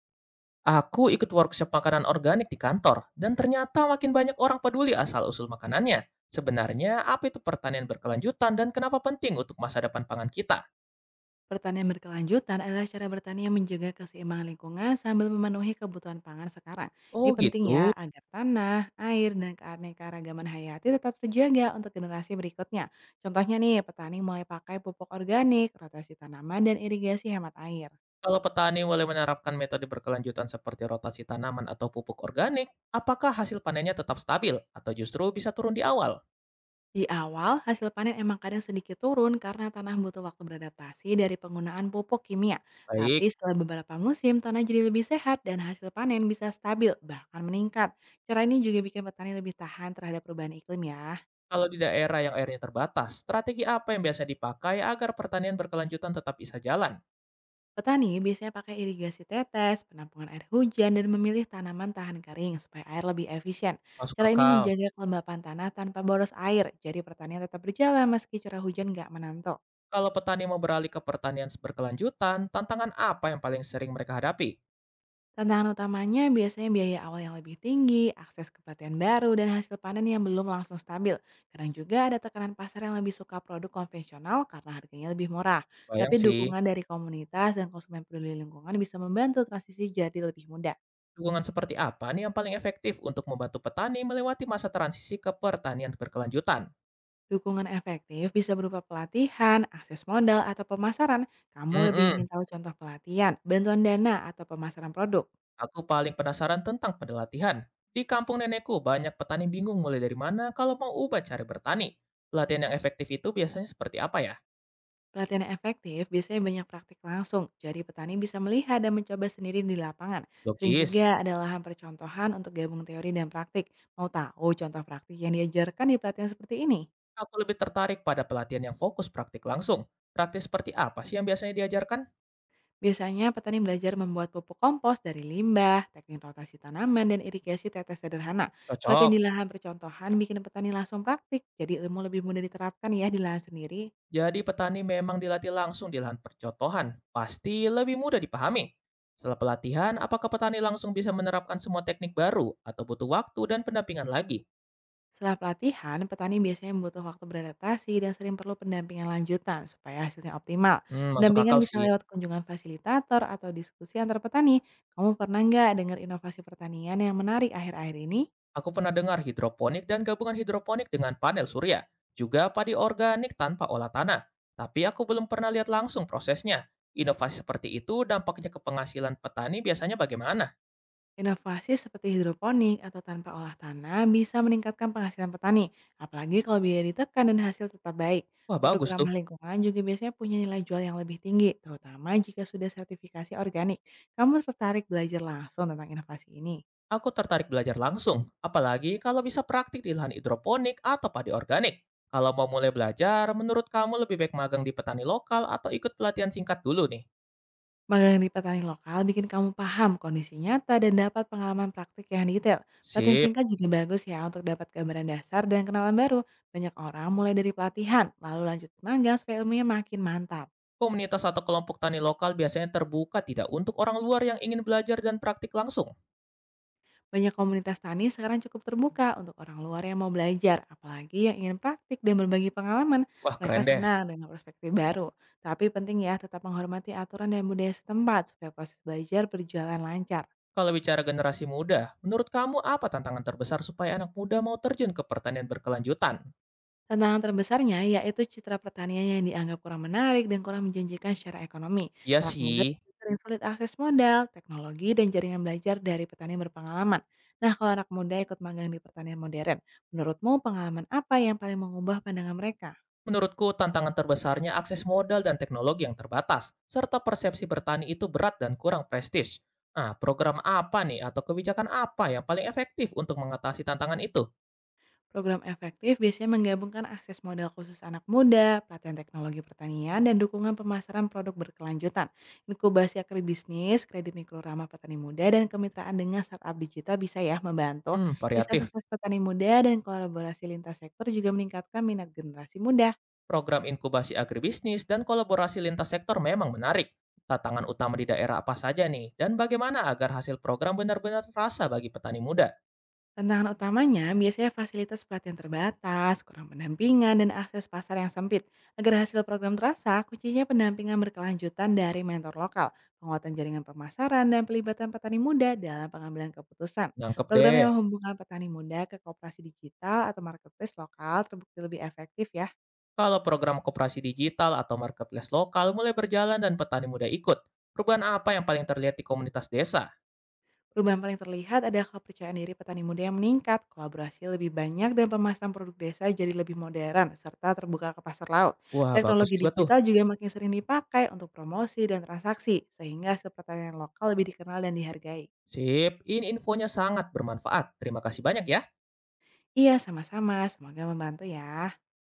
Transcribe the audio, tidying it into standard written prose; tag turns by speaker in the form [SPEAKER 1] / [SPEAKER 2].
[SPEAKER 1] Aku ikut workshop makanan organik di kantor, dan ternyata makin banyak orang peduli asal-usul makanannya. Sebenarnya, apa itu pertanian berkelanjutan dan kenapa penting untuk masa depan pangan kita?
[SPEAKER 2] Pertanian berkelanjutan adalah cara bertani yang menjaga keseimbangan lingkungan sambil memenuhi kebutuhan pangan sekarang. Ini
[SPEAKER 1] Oh
[SPEAKER 2] penting ya
[SPEAKER 1] gitu,
[SPEAKER 2] agar tanah, air, dan keanekaragaman hayati tetap terjaga untuk generasi berikutnya. Contohnya nih, petani mulai pakai pupuk organik, rotasi tanaman, dan irigasi hemat air.
[SPEAKER 1] kalau petani mulai menerapkan metode berkelanjutan seperti rotasi tanaman atau pupuk organik, apakah hasil panennya tetap stabil atau justru bisa turun di awal?
[SPEAKER 2] Di awal, hasil panen emang kadang sedikit turun karena tanah butuh waktu beradaptasi dari penggunaan pupuk kimia. Tapi
[SPEAKER 1] Baik,
[SPEAKER 2] setelah beberapa musim, tanah jadi lebih sehat dan hasil panen bisa stabil, bahkan meningkat. Cara ini juga bikin petani lebih tahan terhadap perubahan iklim ya.
[SPEAKER 1] kalau di daerah yang airnya terbatas, strategi apa yang biasa dipakai agar pertanian berkelanjutan tetap bisa jalan?
[SPEAKER 2] Petani biasanya pakai irigasi tetes, penampungan air hujan, dan memilih tanaman tahan kering supaya air lebih efisien.
[SPEAKER 1] Masuk
[SPEAKER 2] Cara ini
[SPEAKER 1] akal.
[SPEAKER 2] menjaga kelembapan tanah tanpa boros air, jadi pertanian tetap berjalan meski curah hujan nggak menentu.
[SPEAKER 1] Kalau petani mau beralih ke pertanian berkelanjutan, tantangan apa yang paling sering mereka hadapi?
[SPEAKER 2] Tantangan utamanya biasanya biaya awal yang lebih tinggi, akses ke pelatihan baru, dan hasil panen yang belum langsung stabil. Kadang juga ada tekanan pasar yang lebih suka produk konvensional karena harganya lebih murah. Tapi
[SPEAKER 1] Bayang sih,
[SPEAKER 2] dukungan dari komunitas dan konsumen peduli lingkungan bisa membantu transisi jadi lebih mudah.
[SPEAKER 1] dukungan seperti apa nih yang paling efektif untuk membantu petani melewati masa transisi ke pertanian berkelanjutan?
[SPEAKER 2] Dukungan efektif bisa berupa pelatihan, akses modal, atau pemasaran. Kamu lebih
[SPEAKER 1] Hmm,
[SPEAKER 2] ingin tahu contoh pelatihan, bantuan dana, atau pemasaran produk?
[SPEAKER 1] aku paling penasaran tentang pelatihan. Di kampung nenekku, banyak petani bingung mulai dari mana kalau mau ubah cara bertani. Pelatihan yang efektif itu biasanya seperti apa ya?
[SPEAKER 2] Pelatihan yang efektif biasanya banyak praktik langsung, jadi petani bisa melihat dan mencoba sendiri di lapangan. Sering juga
[SPEAKER 1] Logis.
[SPEAKER 2] ada lahan percontohan untuk gabung teori dan praktik. Mau tahu contoh praktik yang diajarkan di pelatihan seperti ini?
[SPEAKER 1] Aku lebih tertarik pada pelatihan yang fokus praktik langsung. Praktik seperti apa sih yang biasanya diajarkan?
[SPEAKER 2] Biasanya petani belajar membuat pupuk kompos dari limbah, teknik rotasi tanaman, dan irigasi tetes sederhana. Pelatihan
[SPEAKER 1] Cocok.
[SPEAKER 2] di lahan percontohan bikin petani langsung praktik, jadi ilmu lebih mudah diterapkan ya di lahan sendiri.
[SPEAKER 1] Jadi petani memang dilatih langsung di lahan percontohan, pasti lebih mudah dipahami. Setelah pelatihan, apakah petani langsung bisa menerapkan semua teknik baru atau butuh waktu dan pendampingan lagi?
[SPEAKER 2] Setelah pelatihan, petani biasanya butuh waktu beradaptasi dan sering perlu pendampingan lanjutan supaya hasilnya optimal.
[SPEAKER 1] Hmm, masuk
[SPEAKER 2] Pendampingan
[SPEAKER 1] akal
[SPEAKER 2] bisa
[SPEAKER 1] sih.
[SPEAKER 2] lewat kunjungan fasilitator atau diskusi antar petani. Kamu pernah nggak dengar inovasi pertanian yang menarik akhir-akhir ini?
[SPEAKER 1] Aku pernah dengar hidroponik dan gabungan hidroponik dengan panel surya, juga padi organik tanpa olah tanah. Tapi aku belum pernah lihat langsung prosesnya. Inovasi seperti itu dampaknya ke penghasilan petani biasanya bagaimana?
[SPEAKER 2] Inovasi seperti hidroponik atau tanpa olah tanah bisa meningkatkan penghasilan petani, apalagi kalau biaya ditekan dan hasil tetap baik.
[SPEAKER 1] Wah,
[SPEAKER 2] Produk
[SPEAKER 1] bagus tuh.
[SPEAKER 2] ramah lingkungan juga biasanya punya nilai jual yang lebih tinggi, terutama jika sudah sertifikasi organik. Kamu tertarik belajar langsung tentang inovasi ini?
[SPEAKER 1] Aku tertarik belajar langsung, apalagi kalau bisa praktik di lahan hidroponik atau padi organik. Kalau mau mulai belajar, menurut kamu lebih baik magang di petani lokal atau ikut pelatihan singkat dulu nih?
[SPEAKER 2] Magang di petani lokal bikin kamu paham kondisi nyata dan dapat pengalaman praktik yang detail. Pelatihan
[SPEAKER 1] Sip.
[SPEAKER 2] singkat juga bagus ya untuk dapat gambaran dasar dan kenalan baru. Banyak orang mulai dari pelatihan, lalu lanjut magang supaya ilmunya makin mantap.
[SPEAKER 1] Komunitas atau kelompok tani lokal biasanya terbuka tidak untuk orang luar yang ingin belajar dan praktik langsung.
[SPEAKER 2] Banyak komunitas tani sekarang cukup terbuka untuk orang luar yang mau belajar, apalagi yang ingin praktik dan berbagi pengalaman.
[SPEAKER 1] Wah, keren
[SPEAKER 2] Mereka
[SPEAKER 1] deh.
[SPEAKER 2] senang dengan perspektif baru. Tapi penting ya tetap menghormati aturan dan budaya setempat supaya proses belajar berjalan lancar.
[SPEAKER 1] Kalau bicara generasi muda, menurut kamu apa tantangan terbesar supaya anak muda mau terjun ke pertanian berkelanjutan?
[SPEAKER 2] Tantangan terbesarnya yaitu citra pertanian yang dianggap kurang menarik dan kurang menjanjikan secara ekonomi.
[SPEAKER 1] Iya
[SPEAKER 2] Anak muda
[SPEAKER 1] sih,
[SPEAKER 2] sering sulit akses modal, teknologi, dan jaringan belajar dari petani berpengalaman. Nah, kalau anak muda ikut magang di pertanian modern, menurutmu pengalaman apa yang paling mengubah pandangan mereka?
[SPEAKER 1] menurutku, tantangan terbesarnya akses modal dan teknologi yang terbatas, serta persepsi bertani itu berat dan kurang prestis. Nah, program apa nih atau kebijakan apa yang paling efektif untuk mengatasi tantangan itu?
[SPEAKER 2] Program efektif biasanya menggabungkan akses modal khusus anak muda, pelatihan teknologi pertanian, dan dukungan pemasaran produk berkelanjutan. Inkubasi agribisnis, kredit mikro ramah petani muda, dan kemitraan dengan startup digital bisa ya membantu.
[SPEAKER 1] Hmm,
[SPEAKER 2] Kisah
[SPEAKER 1] variatif.
[SPEAKER 2] sukses petani muda dan kolaborasi lintas sektor juga meningkatkan minat generasi muda.
[SPEAKER 1] Program inkubasi agribisnis dan kolaborasi lintas sektor memang menarik. Tantangan utama di daerah apa saja nih? Dan bagaimana agar hasil program benar-benar terasa bagi petani muda?
[SPEAKER 2] Tantangan utamanya biasanya fasilitas pelatihan terbatas, kurang pendampingan, dan akses pasar yang sempit. Agar hasil program terasa, kuncinya pendampingan berkelanjutan dari mentor lokal, penguatan jaringan pemasaran, dan pelibatan petani muda dalam pengambilan keputusan.
[SPEAKER 1] Nangkep
[SPEAKER 2] Program
[SPEAKER 1] deh.
[SPEAKER 2] yang menghubungkan petani muda ke kooperasi digital atau marketplace lokal terbukti lebih efektif ya.
[SPEAKER 1] Kalau program koperasi digital atau marketplace lokal mulai berjalan dan petani muda ikut, perubahan apa yang paling terlihat di komunitas desa?
[SPEAKER 2] Perubahan paling terlihat ada kepercayaan diri petani muda yang meningkat, kolaborasi lebih banyak dan pemasaran produk desa jadi lebih modern serta terbuka ke pasar laut.
[SPEAKER 1] Wah, bagus
[SPEAKER 2] Teknologi
[SPEAKER 1] juga tuh.
[SPEAKER 2] digital juga makin sering dipakai untuk promosi dan transaksi sehingga hasil pertanian lokal lebih dikenal dan dihargai.
[SPEAKER 1] Sip, ini infonya sangat bermanfaat. Terima kasih banyak ya.
[SPEAKER 2] Iya, sama-sama. Semoga membantu ya.